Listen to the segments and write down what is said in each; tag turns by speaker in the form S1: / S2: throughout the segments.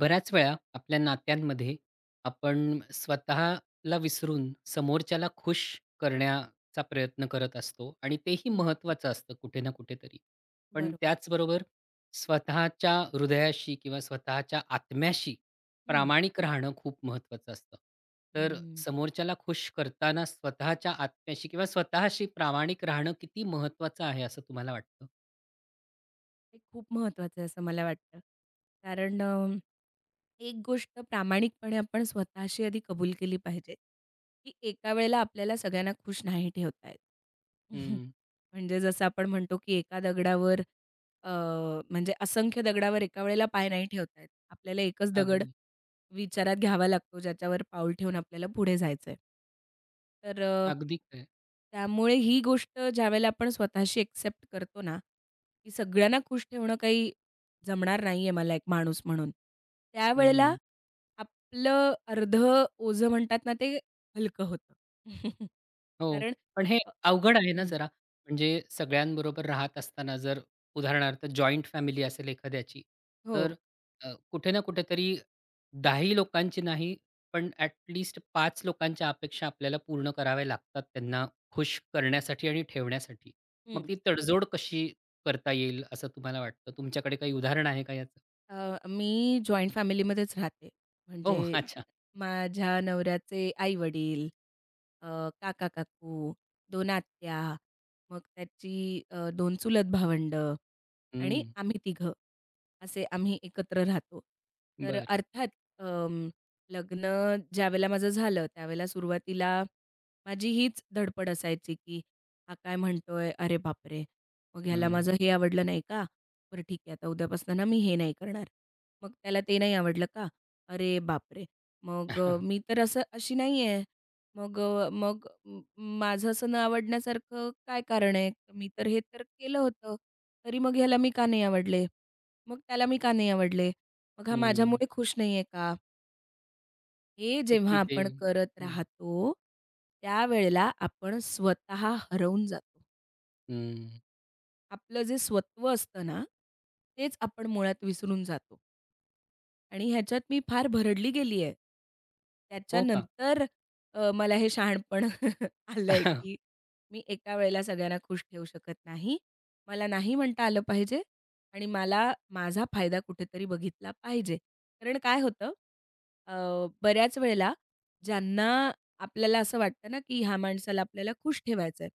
S1: बऱ्याच वेळा आपल्या नात्यांमध्ये आपण स्वतःला विसरून समोरच्याला खुश करण्याचा प्रयत्न करत असतो आणि तेही
S2: हं,
S1: महत्त्वाचं असतं कुठे ना कुठेतरी. पण
S2: बरोबर.
S1: त्याचबरोबर स्वतःच्या हृदयाशी किंवा स्वतःच्या आत्म्याशी
S2: हं,
S1: प्रामाणिक राहणं खूप महत्त्वाचं असतं. तर
S2: हं.
S1: समोरच्याला खुश करताना स्वतःच्या आत्म्याशी किंवा स्वतःशी प्रामाणिक राहणं किती महत्त्वाचं आहे असं तुम्हाला वाटतं?
S2: हे खूप महत्त्वाचं आहे असं मला वाटतं. कारण एक गोष्ट प्रामाणिकपणे आपण स्वतःशी आधी कबूल केली पाहिजे, की एका वेळेला आपल्याला सगळ्यांना खुश नाही ठेवता येत.
S1: हं.
S2: म्हणजे जसं आपण म्हणतो, की एका दगडावर अ, म्हणजे असंख्य दगडावर एका वेळेला पाय नाही ठेवता येत. आपल्याला एकच दगड
S1: अगदी.
S2: विचारात घ्यावा लागतो, ज्याच्यावर पाऊल ठेवून आपल्याला पुढे जायचं आहे. तर
S1: अगदी खरं.
S2: त्यामुळे ही गोष्ट ज्यावेळेला आपण स्वतःशी एक्सेप्ट करतो ना, की सगळ्यांना खुश ठेवणं काही जमणार नाही आहे मला एक माणूस म्हणून. त्यावेळेला आपलं अर्धं ओझं म्हणतात ना, ते हलकं होतं.
S1: हो.
S2: कारण
S1: पण हे
S2: अ,
S1: अवघड आहे ना
S2: हं,
S1: जरा. म्हणजे सगळ्यांबरोबर राहत असताना जर उदाहरणार्थ जॉइंट फॅमिली असेल एखाद्याची,
S2: हो.
S1: तर कुठे ना कुठेतरी 10ही लोकांची नाही, पण ॲट लीस्ट 5 लोकांच्या अपेक्षा आपल्याला पूर्ण कराव्या लागतात त्यांना खुश करण्यासाठी आणि ठेवण्यासाठी. मग
S2: हं.
S1: ती तडजोड कशी करता येईल असं तुम्हाला वाटतं? तुमच्याकडे काही उदाहरण आहे का याचं?
S2: अ, मी जॉइंट फॅमिलीमध्येच राहते.
S1: ओह!
S2: म्हणजे
S1: अच्छा.
S2: माझ्या नवऱ्याचे आई-वडील, काका-काकू, 2 आत्या, मग त्याची 2 चुलत भावंडं, आणि
S1: हं.
S2: आम्ही तिघं, असे आम्ही एकत्र राहतो. तर
S1: बरं.
S2: अर्थात अं, लग्न ज्यावेळेला माझं झालं, त्यावेळेला सुरुवातीला माझी हीच धडपड असायची, की हा काय म्हणतोय? अरे बापरे! मग ह्याला
S1: हं.
S2: माझं हे आवडलं नाही का? बरं ठीक आहे, आता उद्यापासून ना मी हे नाही करणार. मग त्याला ते नाही आवडलं का? अरे बापरे! मग मी तर असं अशी नाहीये. मग अ, मग म माझं असं न आवडण्यासारखं काय कारण आहे? मी तर हे तर केलं होतं. तरी मग ह्याला मी का नाही आवडले? मग त्याला मी का नाही आवडले? मग हा
S1: हं.
S2: माझ्यामुळे खुश नाही आहे का? हे जेव्हा
S1: किती ते.
S2: आपण करत
S1: हं.
S2: राहतो, त्यावेळेला आपण स्वतः हरवून जातो.
S1: हं.
S2: आपलं जे स्वत्व असतं ना, तेच आपण मुळात विसरून जातो. आणि ह्याच्यात मी फार भरडली गेली आहे.
S1: हो का?
S2: त्याच्यानंतर मला हे शहाणपण आलंय, की मी एका वेळेला सगळ्यांना खुश ठेवू शकत नाही. मला नाही म्हणता आलं पाहिजे आणि मला माझा फायदा कुठेतरी बघितला पाहिजे. कारण काय होतं, अ, बऱ्याच वेळेला ज्यांना आपल्याला असं वाटतं ना, की ह्या माणसाला आपल्याला खुश ठेवायचं आहे.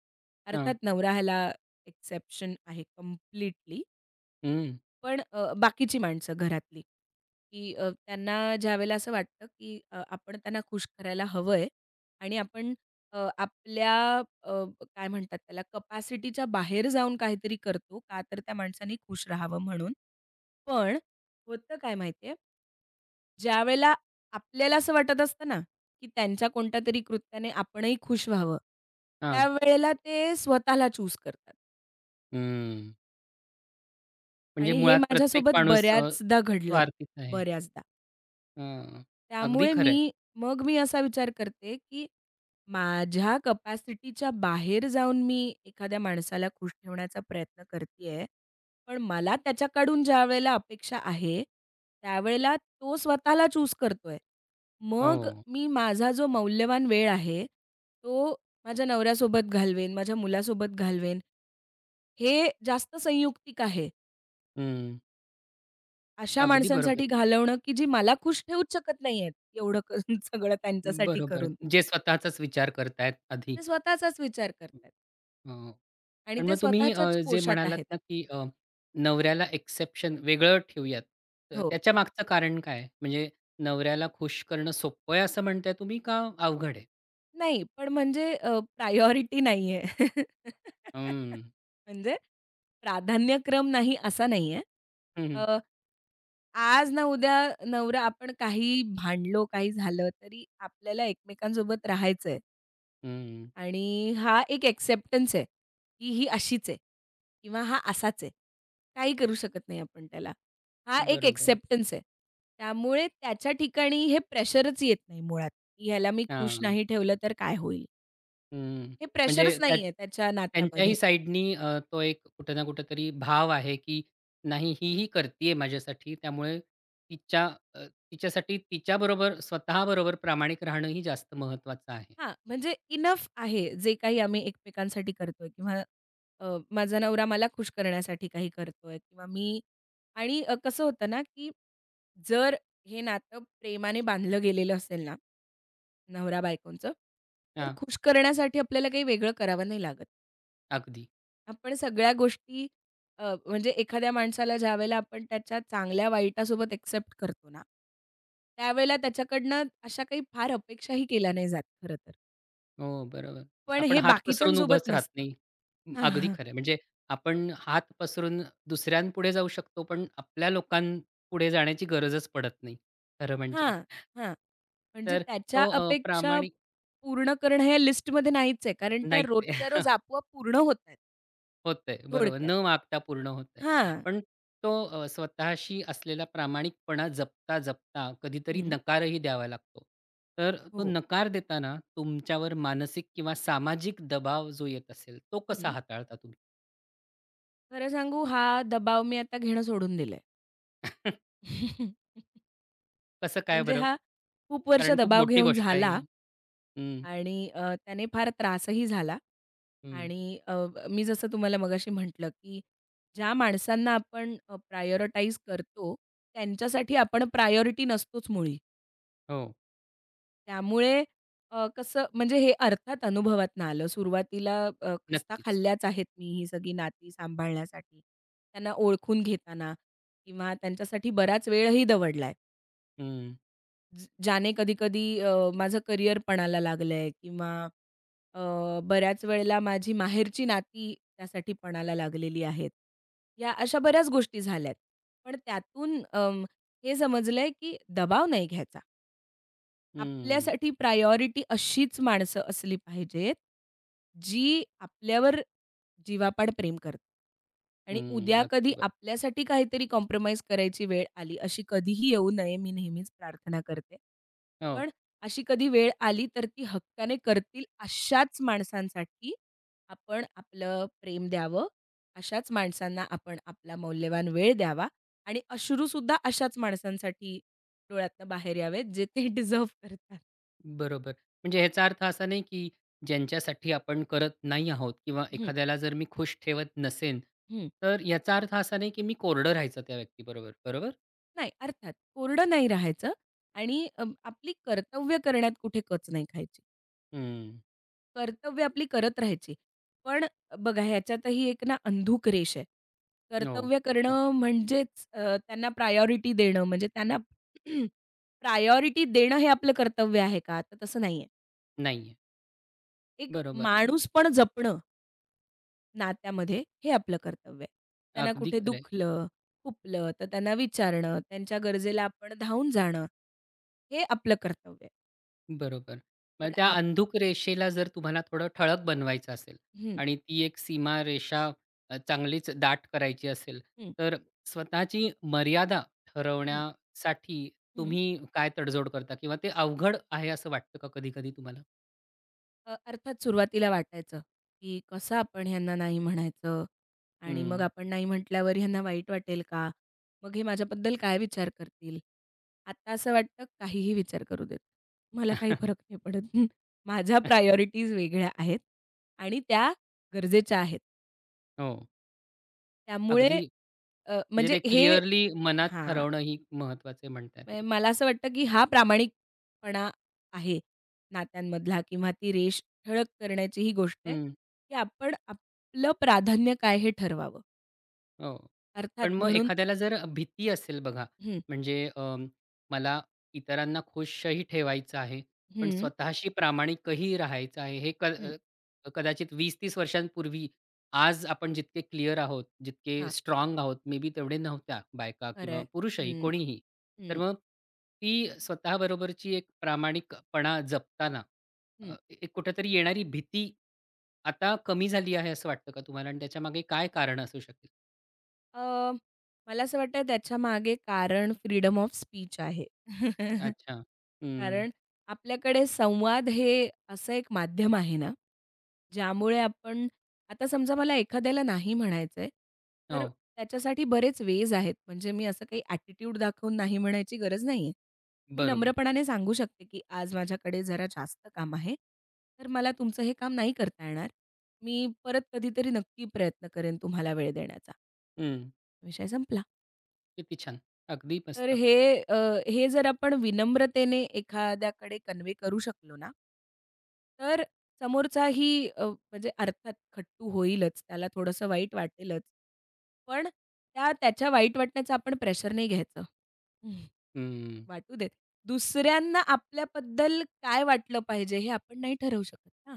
S2: अर्थात
S1: हां.
S2: नवरा ह्याला एक्सेप्शन आहे कंप्लीटली.
S1: हं.
S2: पण बाकीची माणसं घरातली, की त्यांना ज्यावेळेला असं वाटतं, की आपण त्यांना खुश करायला हवंय आणि आपण आपल्या अ, काय म्हणतात त्याला कपॅसिटीच्या बाहेर जाऊन काहीतरी करतो का तर त्या माणसाने खुश राहावं म्हणून. पण होतं काय माहिती ज्यावेळेला आपल्याला असं वाटत असतं ना, की त्यांच्या कोणत्यातरी कृत्याने आपणही खुश व्हावं,
S1: हां.
S2: त्यावेळेला ते स्वतःला चूज करतात
S1: हं. म्हणजे
S2: आणि हे
S1: मुळात प्रत्येक
S2: माझ्यासोबत
S1: माणूस
S2: बऱ्याचदा घडलंय,
S1: स्वार्थीच आहे.
S2: बऱ्याचदा.
S1: हां. अगदी
S2: त्यामुळे
S1: खरं आहे.
S2: मी असा विचार करते, की माझ्या कपॅसिटीच्या बाहेर जाऊन मी एखाद्या माणसाला खुश ठेवण्याचा प्रयत्न करतीये. पण मला त्याच्याकडून ज्यावेळेला अपेक्षा आहे, त्यावेळेला तो स्वतःला चूज करतोय. मग
S1: हो.
S2: मी माझा जो मौल्यवान वेळ आहे, तो माझ्या नवऱ्यासोबत घालवेन, माझ्या मुलासोबत घालवेन. हे जास्त संयुक्तिक आहे.
S1: हं.
S2: अशा
S1: अगदी बरोबर.
S2: माणसांसाठी घालवणं, की जी मला खुश ठेवूच शकत नाहीयेत, एवढं करून सगळं त्यांच्यासाठी
S1: बरोबर.
S2: करून.
S1: जे स्वतःचाच विचार करतायत आधी.
S2: ते स्वतःचाच विचार करतायत
S1: हो.
S2: आणि
S1: पण
S2: ते
S1: मग तुम्ही
S2: स्वतःच्याच
S1: जे
S2: कोशात
S1: म्हणालात
S2: आहेत.
S1: ना, की नवऱ्याला एक्सेप्शन वेगळं ठेवूयात. तर
S2: हो.
S1: त्याच्या मागचं कारण काय आहे? म्हणजे नवऱ्याला खुश करणं सोपं आहे असं म्हणताय तुम्ही का अवघड आहे?
S2: नाही, पण म्हणजे प्रायोरिटी नाहीये.
S1: हं.
S2: म्हणजे प्राधान्यक्रम नाही असा नाहीये.
S1: हं,
S2: अ,
S1: हं.
S2: आज ना उद्या नवरा आपण काही भांडलो, काही झालं, तरी आपल्याला एकमेकांसोबत राहायचंय.
S1: हं.
S2: आणि हा एक एक्सेप्टन्स आहे, की ही अशीच आहे किंवा हा असाच आहे. काही करू शकत नाही आपण त्याला. हा एक
S1: बरोबर.
S2: एक्सेप्टन्स आहे. त्यामुळे त्याच्या ठिकाणी हे प्रेशरच येत नाही मुळात, की ह्याला मी खुश
S1: हां.
S2: नाही ठेवलं तर काय होईल?
S1: हं,
S2: हे
S1: म्हणजे
S2: प्रेशरच
S1: त्या
S2: नाही आहे त्याच्या नात्यामध्ये.
S1: त्यांच्याही साइडनी तो एक कुठे ना कुठेतरी भाव आहे, की नाही ही ही करतीये माझ्यासाठी त्यामुळे तिच्या अ, तिच्यासाठी तिच्याबरोबर स्वतःबरोबर प्रामाणिक राहणंही जास्त महत्त्वाचं आहे.
S2: हां, म्हणजे इनफ आहे जे काही आम्ही एकमेकांसाठी करतोय किंवा अ, माझा नवरा मला खुश करण्यासाठी काही करतोय किंवा मी आणि कसं होतं ना, की जर हे नातं प्रेमाने बांधलं गेलेलं असेल ना, नवरा-बायकोंचं, तर
S1: हां,
S2: खुश करण्यासाठी आपल्याला काही वेगळं करावं नाही लागत.
S1: अगदी.
S2: आपण सगळ्या गोष्टी म्हणजे एखाद्या माणसाला ज्यावेळेला आपण त्याच्या चांगल्या वाईटासोबत एक्सेप्ट करतो ना, त्यावेळेला त्याच्याकडनं अशा काही फार अपेक्षाही केल्या नाही जात खरं तर.
S1: हो, बरोबर.
S2: पण
S1: आपण
S2: हे
S1: हात पसरून
S2: बाकीच्यांसोबत
S1: उभंच राहत
S2: नसतं.
S1: नाही. म,
S2: हां,
S1: अगदी
S2: हां.
S1: खरं म्हणजे आपण हात पसरून दुसऱ्यांपुढे जाऊ शकतो, पण आपल्या लोकांपुढे जाण्याची गरजच पडत नाही, खरं म्हणजे.
S2: हां, हां. म्हणजे
S1: तर
S2: त्याच्या
S1: तो
S2: अपेक्षा
S1: प्रामाणिक
S2: पूर्ण करणं ह्या लिस्टमध्ये नाहीच आहे. कारण त्या
S1: नाहीच आहे.
S2: रोजच्या रोज आपोआप पूर्ण होतायेत
S1: होतंय, बरोबर.
S2: थोडक्यात.
S1: न मागता पूर्ण होतंय.
S2: हां.
S1: पण तो स्वतःशी असलेला प्रामाणिकपणा जपता, जपता कधीतरी
S2: हं.
S1: नकारही द्यावा लागतो. तर तो
S2: हो.
S1: नकार देताना तुमच्यावर मानसिक किंवा सामाजिक दबाव जो येत असेल, तो कसा
S2: हं.
S1: हाताळता तुम्ही?
S2: खरं सांगू हा दबाव मी आता घेणं सोडून दिलंय.
S1: कसं काय
S2: म्हणजे
S1: बरं?
S2: हा खूप वर्ष
S1: कारण खूप
S2: दबाव
S1: मोठी
S2: घेऊन
S1: गोष्ट आहे
S2: झाला
S1: ही. हं,
S2: आणि त्याने फार त्रासही झाला
S1: हं.
S2: आणि मी जसं तुम्हाला मगाशी म्हटलं, की ज्या माणसांना आपण प्रायोरिटाईज करतो, त्यांच्यासाठी आपण प्रायोरिटी नसतोच मुळी.
S1: हो,
S2: त्यामुळे कसं म्हणजे हे अर्थात अनुभवातून आलं. सुरुवातीला खस्ता
S1: नक्कीच.
S2: खाल्ल्याच आहेत मी ही सगळी नाती सांभाळण्यासाठी. त्यांना ओळखून घेताना किंवा त्यांच्यासाठी बराच वेळही दवडलाय.
S1: हं,
S2: ज्याने कधी-कधी माझं करिअर पणाला लागलंय किंवा अ, बऱ्याच वेळेला माझी माहेरची नाती त्यासाठी पणाला लागलेली आहेत. या अशा बऱ्याच गोष्टी झाल्यात. पण त्यातून हे समजलंय की दबाव नाही घ्यायचा.
S1: हं,
S2: आपल्यासाठी प्रायोरिटी अशीच माणसं असली पाहिजेत, जी आपल्यावर जीवापाड प्रेम करतात आणि
S1: हं.
S2: उद्या कधी
S1: अगदी बरोबर.
S2: आपल्यासाठी काहीतरी कॉम्प्रोमाईज करायची वेळ आली, अशी कधीही येऊ नये, मी नेहमीच प्रार्थना करते.
S1: हो.
S2: पण अशी कधी वेळ आली, तर ती हक्काने करतील अशाच माणसांसाठी आपण आपलं प्रेम द्यावं. अशाच माणसांना आपण आपला मौल्यवान वेळ द्यावा आणि अश्रूसुद्धा अशाच माणसांसाठी डोळ्यातनं बाहेर यावेत, जे ते डिझर्व्ह करतात.
S1: बरोबर. म्हणजे ह्याचा अर्थ असा नाही, की ज्यांच्यासाठी आपण करत नाही आहोत किंवा
S2: हं,
S1: एखाद्याला जर मी खुश ठेवत नसेन,
S2: हं.
S1: तर याचा अर्थ असा नाही, की मी कोरडं राहायचं त्या व्यक्तीबरोबर. बरोबर?
S2: नाही अर्थात कोरडं नाही राहायचं आणि आपली कर्तव्य करण्यात कुठे कच नाही खायची.
S1: हं.
S2: कर्तव्य आपली करत राहायची. पण बघा ह्याच्यातही एक ना अंधूक रेष आहे.
S1: हो.
S2: कर्तव्य
S1: हो.
S2: करणं म्हणजेच त्यांना प्रायोरिटी देणं म्हणजे त्यांना प्रायोरिटी देणं हे आपलं कर्तव्य आहे का? तर तसं नाहीये.
S1: नाहीये.
S2: एक
S1: बरोबर.
S2: माणूस पण जपणं नात्यामध्ये हे आपलं कर्तव्य आहे. त्यांना
S1: अगदी
S2: कुठे
S1: खरं.
S2: दुखलं, खुपलं तर त्यांना विचारणं, त्यांच्या गरजेला आपण धावून जाणं, हे आपलं कर्तव्य आहे.
S1: बरोबर. मग
S2: पण
S1: त्या अंधुक रेषेला जर तुम्हाला थोडं ठळक बनवायचं असेल
S2: हं,
S1: आणि ती एक सीमारेषा चांगलीच दाट करायची असेल,
S2: हं,
S1: तर स्वतःची मर्यादा
S2: हं,
S1: ठरवण्यासाठी
S2: हं.
S1: तुम्ही काय तडजोड करता? किंवा ते अवघड आहे असं वाटतं का कधी-कधी तुम्हाला?
S2: अर्थात सुरुवातीला वाटायचं, की कसं आपण ह्यांना नाही म्हणायचं आणि मग
S1: हं.
S2: आपण नाही म्हटल्यावर ह्यांना वाईट वाटेल का? मग हे माझ्याबद्दल काय विचार करतील? आता असं वाटतं काहीही विचार करू देत. मला काही फरक नाही पडत. माझ्या प्रायोरिटीज वेगळ्या आहेत आणि त्या गरजेच्या आहेत.
S1: हो.
S2: त्यामुळे
S1: अगदी. म्हणजे
S2: म्हणजे
S1: ते
S2: हे
S1: क्लिअरली मनात
S2: हां,
S1: ठरवणं ही महत्वाचं म्हणताय
S2: म्हणजे
S1: तुम्ही.
S2: मला असं वाटतं, की हा प्रामाणिकपणा आहे नात्यांमधला किंवा ती रेष ठळक करण्याची ही गोष्ट आहे, की आपण आपलं प्राधान्य काय हे ठरवावं.
S1: हो.
S2: अर्थात
S1: पण मग
S2: म्हणून
S1: एखाद्याला जर भीती असेल बघा,
S2: हं,
S1: म्हणजे मला इतरांना खुशही ठेवायचं आहे, पण
S2: हं,
S1: स्वतःशी प्रामाणिकही राहायचं आहे.
S2: हं,
S1: कदाचित 20-30 वर्षांपूर्वी आज आपण जितके क्लिअर आहोत, जितके
S2: हां,
S1: स्ट्रॉंग आहोत, मे बी तेवढे नव्हत्या बायका
S2: खरं
S1: किंवा
S2: आहे.
S1: पुरुषही
S2: हं,
S1: कोणीही. तर
S2: हं,
S1: मग ती स्वतःबरोबरची एक प्रामाणिकपणा जपताना अ,
S2: हं.
S1: एक कुठेतरी येणारी भीती आता कमी झाली आहे असं वाटतं का तुम्हाला? आणि त्याच्यामागे काय कारण असू शकेल?
S2: अ, मला असं वाटतं त्याच्या मागे कारण फ्रीडम ऑफ स्पीच आहे.
S1: अच्छा. हं.
S2: कारण आपल्याकडे संवाद हे असं एक माध्यम आहे ना, ज्यामुळे आपण आता समजा मला एखाद्याला नाही म्हणायचंय, तर
S1: हो.
S2: त्याच्यासाठी बरेच वेज आहेत. म्हणजे मी असं काही ॲटिट्यूड दाखवून नाही म्हणायची गरज नाहीये. मी
S1: बरोबर.
S2: नम्रपणाने सांगू शकते, की आज माझ्याकडे जरा जास्त काम आहे, तर मला तुमचं हे काम नाही करता येणार. मी परत कधीतरी नक्की प्रयत्न करेन तुम्हाला वेळ देण्याचा.
S1: हं.
S2: विषय संपला.
S1: किती छान. अगदी
S2: तर
S1: मस्त.
S2: हे अ, हे जर आपण विनम्रतेने एखाद्याकडे कन्वे करू शकलो ना, तर समोरचाही म्हणजे अर्थात खट्टू होईलच, त्याला थोडंसं वाईट वाटेलच. पण त्या त्याच्या वाईट वाटण्याचं आपण प्रेशर नाही घ्यायचं. हं,
S1: हं.
S2: वाटू देत. दुसऱ्यांना आपल्याबद्दल काय वाटलं पाहिजे हे आपण नाही ठरवू शकत ना.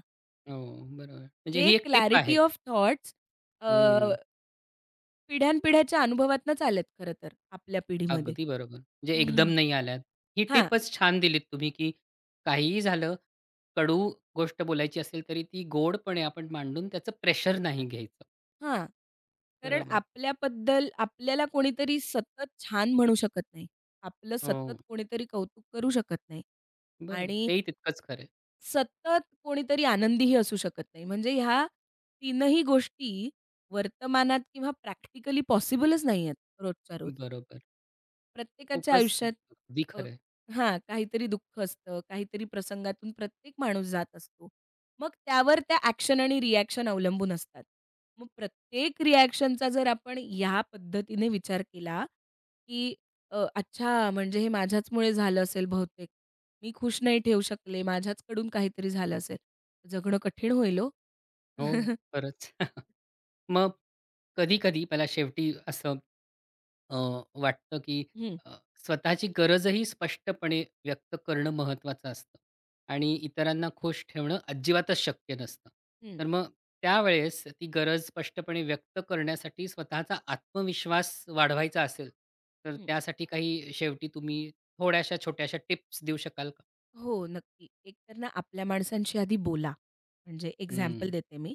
S1: हो, बरोबर. म्हणजे
S2: हे
S1: ही एक टिप
S2: क्लॅरिटी
S1: आहे.
S2: ऑफ थॉट्स
S1: हं.
S2: पिढ्यानपिढ्याच्या अनुभवातनंच आलेत खरं तर आपल्या पिढीमध्ये.
S1: अगदी बरोबर. म्हणजे एकदम नाही आल्यात. ही
S2: हां,
S1: टिपच छान दिलीत तुम्ही, की काहीही झालं, कडू गोष्ट बोलायची असेल तरी ती गोडपणे आपण मांडून त्याचं प्रेशर
S2: अर्थात.
S1: नाही घ्यायचं.
S2: हां. कारण
S1: बरोबर.
S2: आपल्याबद्दल आपल्याला कोणीतरी सतत छान म्हणू शकत नाही. आपलं सतत
S1: हो.
S2: कोणीतरी कौतुक करू शकत नाही
S1: बरोबर.
S2: आणि
S1: तेही तितकंच खरं आहे.
S2: सतत कोणीतरी आनंदीही असू शकत नाही. म्हणजे ह्या तीनही गोष्टी वर्तमानात किंवा प्रॅक्टिकली पॉसिबलच नाहीयेत रोजच्या रोज.
S1: बरोबर.
S2: प्रत्येकाच्या
S1: खूपच
S2: आयुष्यात
S1: अगदी
S2: अ,
S1: खरं.
S2: हां, काहीतरी दुःख असतं, काहीतरी प्रसंगातून प्रत्येक माणूस जात असतो. मग त्यावर त्या ॲक्शन आणि रिॲक्शन अवलंबून असतात. मग प्रत्येक रिॲक्शनचा जर आपण ह्या पद्धतीने विचार केला, की अच्छा म्हणजे हे माझ्याचमुळे झालं असेल बहुतेक. मी खुश नाही ठेवू शकले, माझ्याचकडून काहीतरी झालं असेल. जगणं कठीण होईल हो.
S1: हो, खरंच. मग कधी-कधी मला शेवटी असं अ, वाटतं की
S2: हं,
S1: अ, स्वतःची गरजही स्पष्टपणे व्यक्त करणं महत्त्वाचं असतं आणि इतरांना खुश ठेवणं अजिबातच शक्य नसतं.
S2: हं,
S1: तर मग त्यावेळेस ती गरज स्पष्टपणे व्यक्त करण्यासाठी स्वतःचा आत्मविश्वास वाढवायचा असेल, तर
S2: हं.
S1: त्यासाठी काही शेवटी तुम्ही थोड्याशा छोट्याशा टिप्स देऊ शकाल का?
S2: हो, नक्की. एकतर ना आपल्या माणसांशी आधी बोला. म्हणजे एक्झाम्पल
S1: "हं,
S2: देते मी,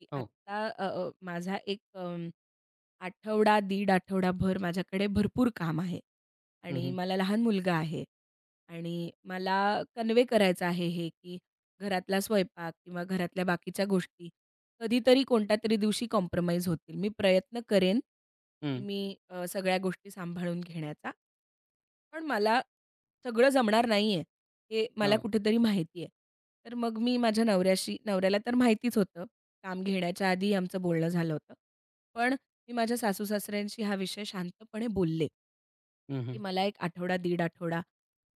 S2: की
S1: हो.
S2: आत्ता अ, अ, माझा एक आठवडा, दीड आठवडाभर माझ्याकडे भरपूर काम आहे
S1: हं,
S2: आणि
S1: हं.
S2: मला लहान मुलगा आहे आणि मला कन्वे करायचं आहे हे, की घरातला स्वयंपाक किंवा घरातल्या बाकीच्या गोष्टी कधीतरी कोणत्यातरी दिवशी कॉम्प्रोमाईज होतील. मी प्रयत्न करेन की मी सगळ्या गोष्टी सांभाळून घेण्याचा. पण मला सगळं जमणार नाहीये, हे मला
S1: हो.
S2: कुठेतरी माहिती आहे. तर मग मी माझ्या नवऱ्याला तर माहितीच होतं. काम घेण्याच्या आधी आमचं बोलणं झालं होतं. पण मी माझ्या सासू-सासऱ्यांशी हा विषय शांतपणे बोलले.
S1: हं,
S2: की
S1: हं.
S2: मला एक आठवडा, दीड आठवडा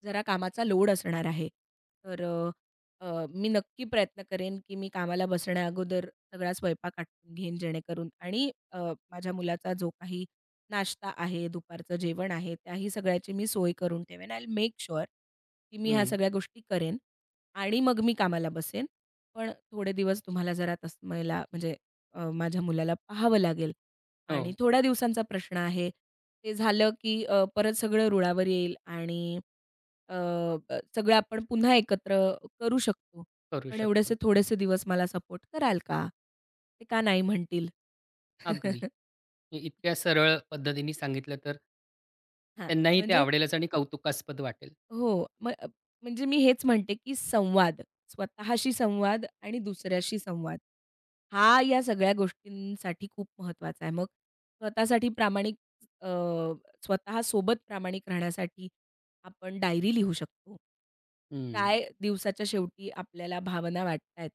S2: जरा कामाचा लोड असणार आहे. तर अ, अ, मी नक्की प्रयत्न करेन, की मी कामाला बसण्याअगोदर सगळा स्वयंपाक आटपून घेईन जेणेकरून आणि माझ्या मुलाचा जो काही नाश्ता आहे, दुपारचं जेवण आहे, त्याही सगळ्याची मी सोय करून ठेवेन. आय विल मेक शुअर की मी ह्या सगळ्या गोष्टी करेन आणि मग मी कामाला बसेन. पण थोडे दिवस तुम्हाला जरा तस्मयला म्हणजे माझ्या मुलाला पाहावं लागेल आणि
S1: हो.
S2: थोड्या दिवसांचा प्रश्न आहे. ते झालं की परत सगळं रुळावर येईल आणि अ, अ, सगळं आपण पुन्हा एकत्र करू शकतो.
S1: करू
S2: पण एवढेसे
S1: शकतो."
S2: थोडेसे दिवस मला सपोर्ट कराल का? ते का नाही म्हणतील?
S1: अगदी. हे इतक्या सरळ पद्धतीने सांगितलं तर
S2: हां,
S1: त्यांनाही ते
S2: म्हणजे
S1: आवडेलच आणि कौतुकास्पद वाटेल.
S2: हो. मग म्हणजे मी हेच म्हणते, की संवाद, स्वतःशी संवाद आणि दुसऱ्याशी संवाद. हा या सगळ्या गोष्टींसाठी खूप महत्त्वाचा आहे. मग स्वतःसाठी प्रामाणिक अ, स्वतःसोबत प्रामाणिक राहण्यासाठी आपण डायरी लिहू शकतो.
S1: हं,
S2: काय दिवसाच्या शेवटी आपल्याला भावना वाटतायत,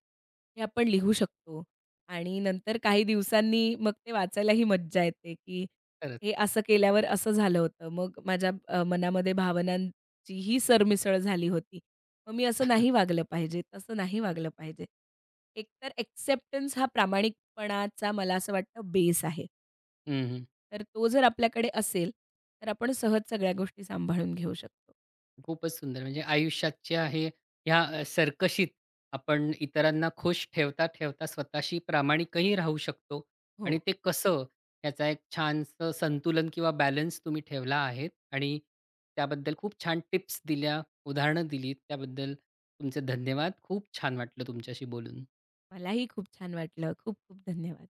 S2: हे आपण लिहू शकतो आणि नंतर काही दिवसांनी मग ते वाचायलाही मज्जा येते, की
S1: खरंच.
S2: हे असं केल्यावर असं झालं होतं. मग माझ्या मनामध्ये भावनां ची ही सरमिसळ झाली होती. मग मी असं नाही वागलं पाहिजे, तसं नाही वागलं पाहिजे. एकतर एक्सेप्टन्स हा प्रामाणिकपणाचा मला असं वाटतं बेस आहे.
S1: हं, हं.
S2: तर तो जर आपल्याकडे असेल, तर आपण सहज सगळ्या गोष्टी सांभाळून घेऊ शकतो.
S1: खूपच सुंदर. म्हणजे आयुष्याच्या हे ह्या सरकशीत आपण इतरांना खुश ठेवता-ठेवता स्वतःशी प्रामाणिकही राहू शकतो आणि
S2: हो,
S1: ते कसं याचा एक छानसं संतुलन किंवा बॅलन्स तुम्ही ठेवला आहे आणि त्याबद्दल खूप छान टिप्स दिल्या, उदाहरणं दिलीत. त्याबद्दल तुमचे धन्यवाद. खूप छान वाटलं तुमच्याशी बोलून.
S2: मलाही खूप छान वाटलं. खूप खूप धन्यवाद.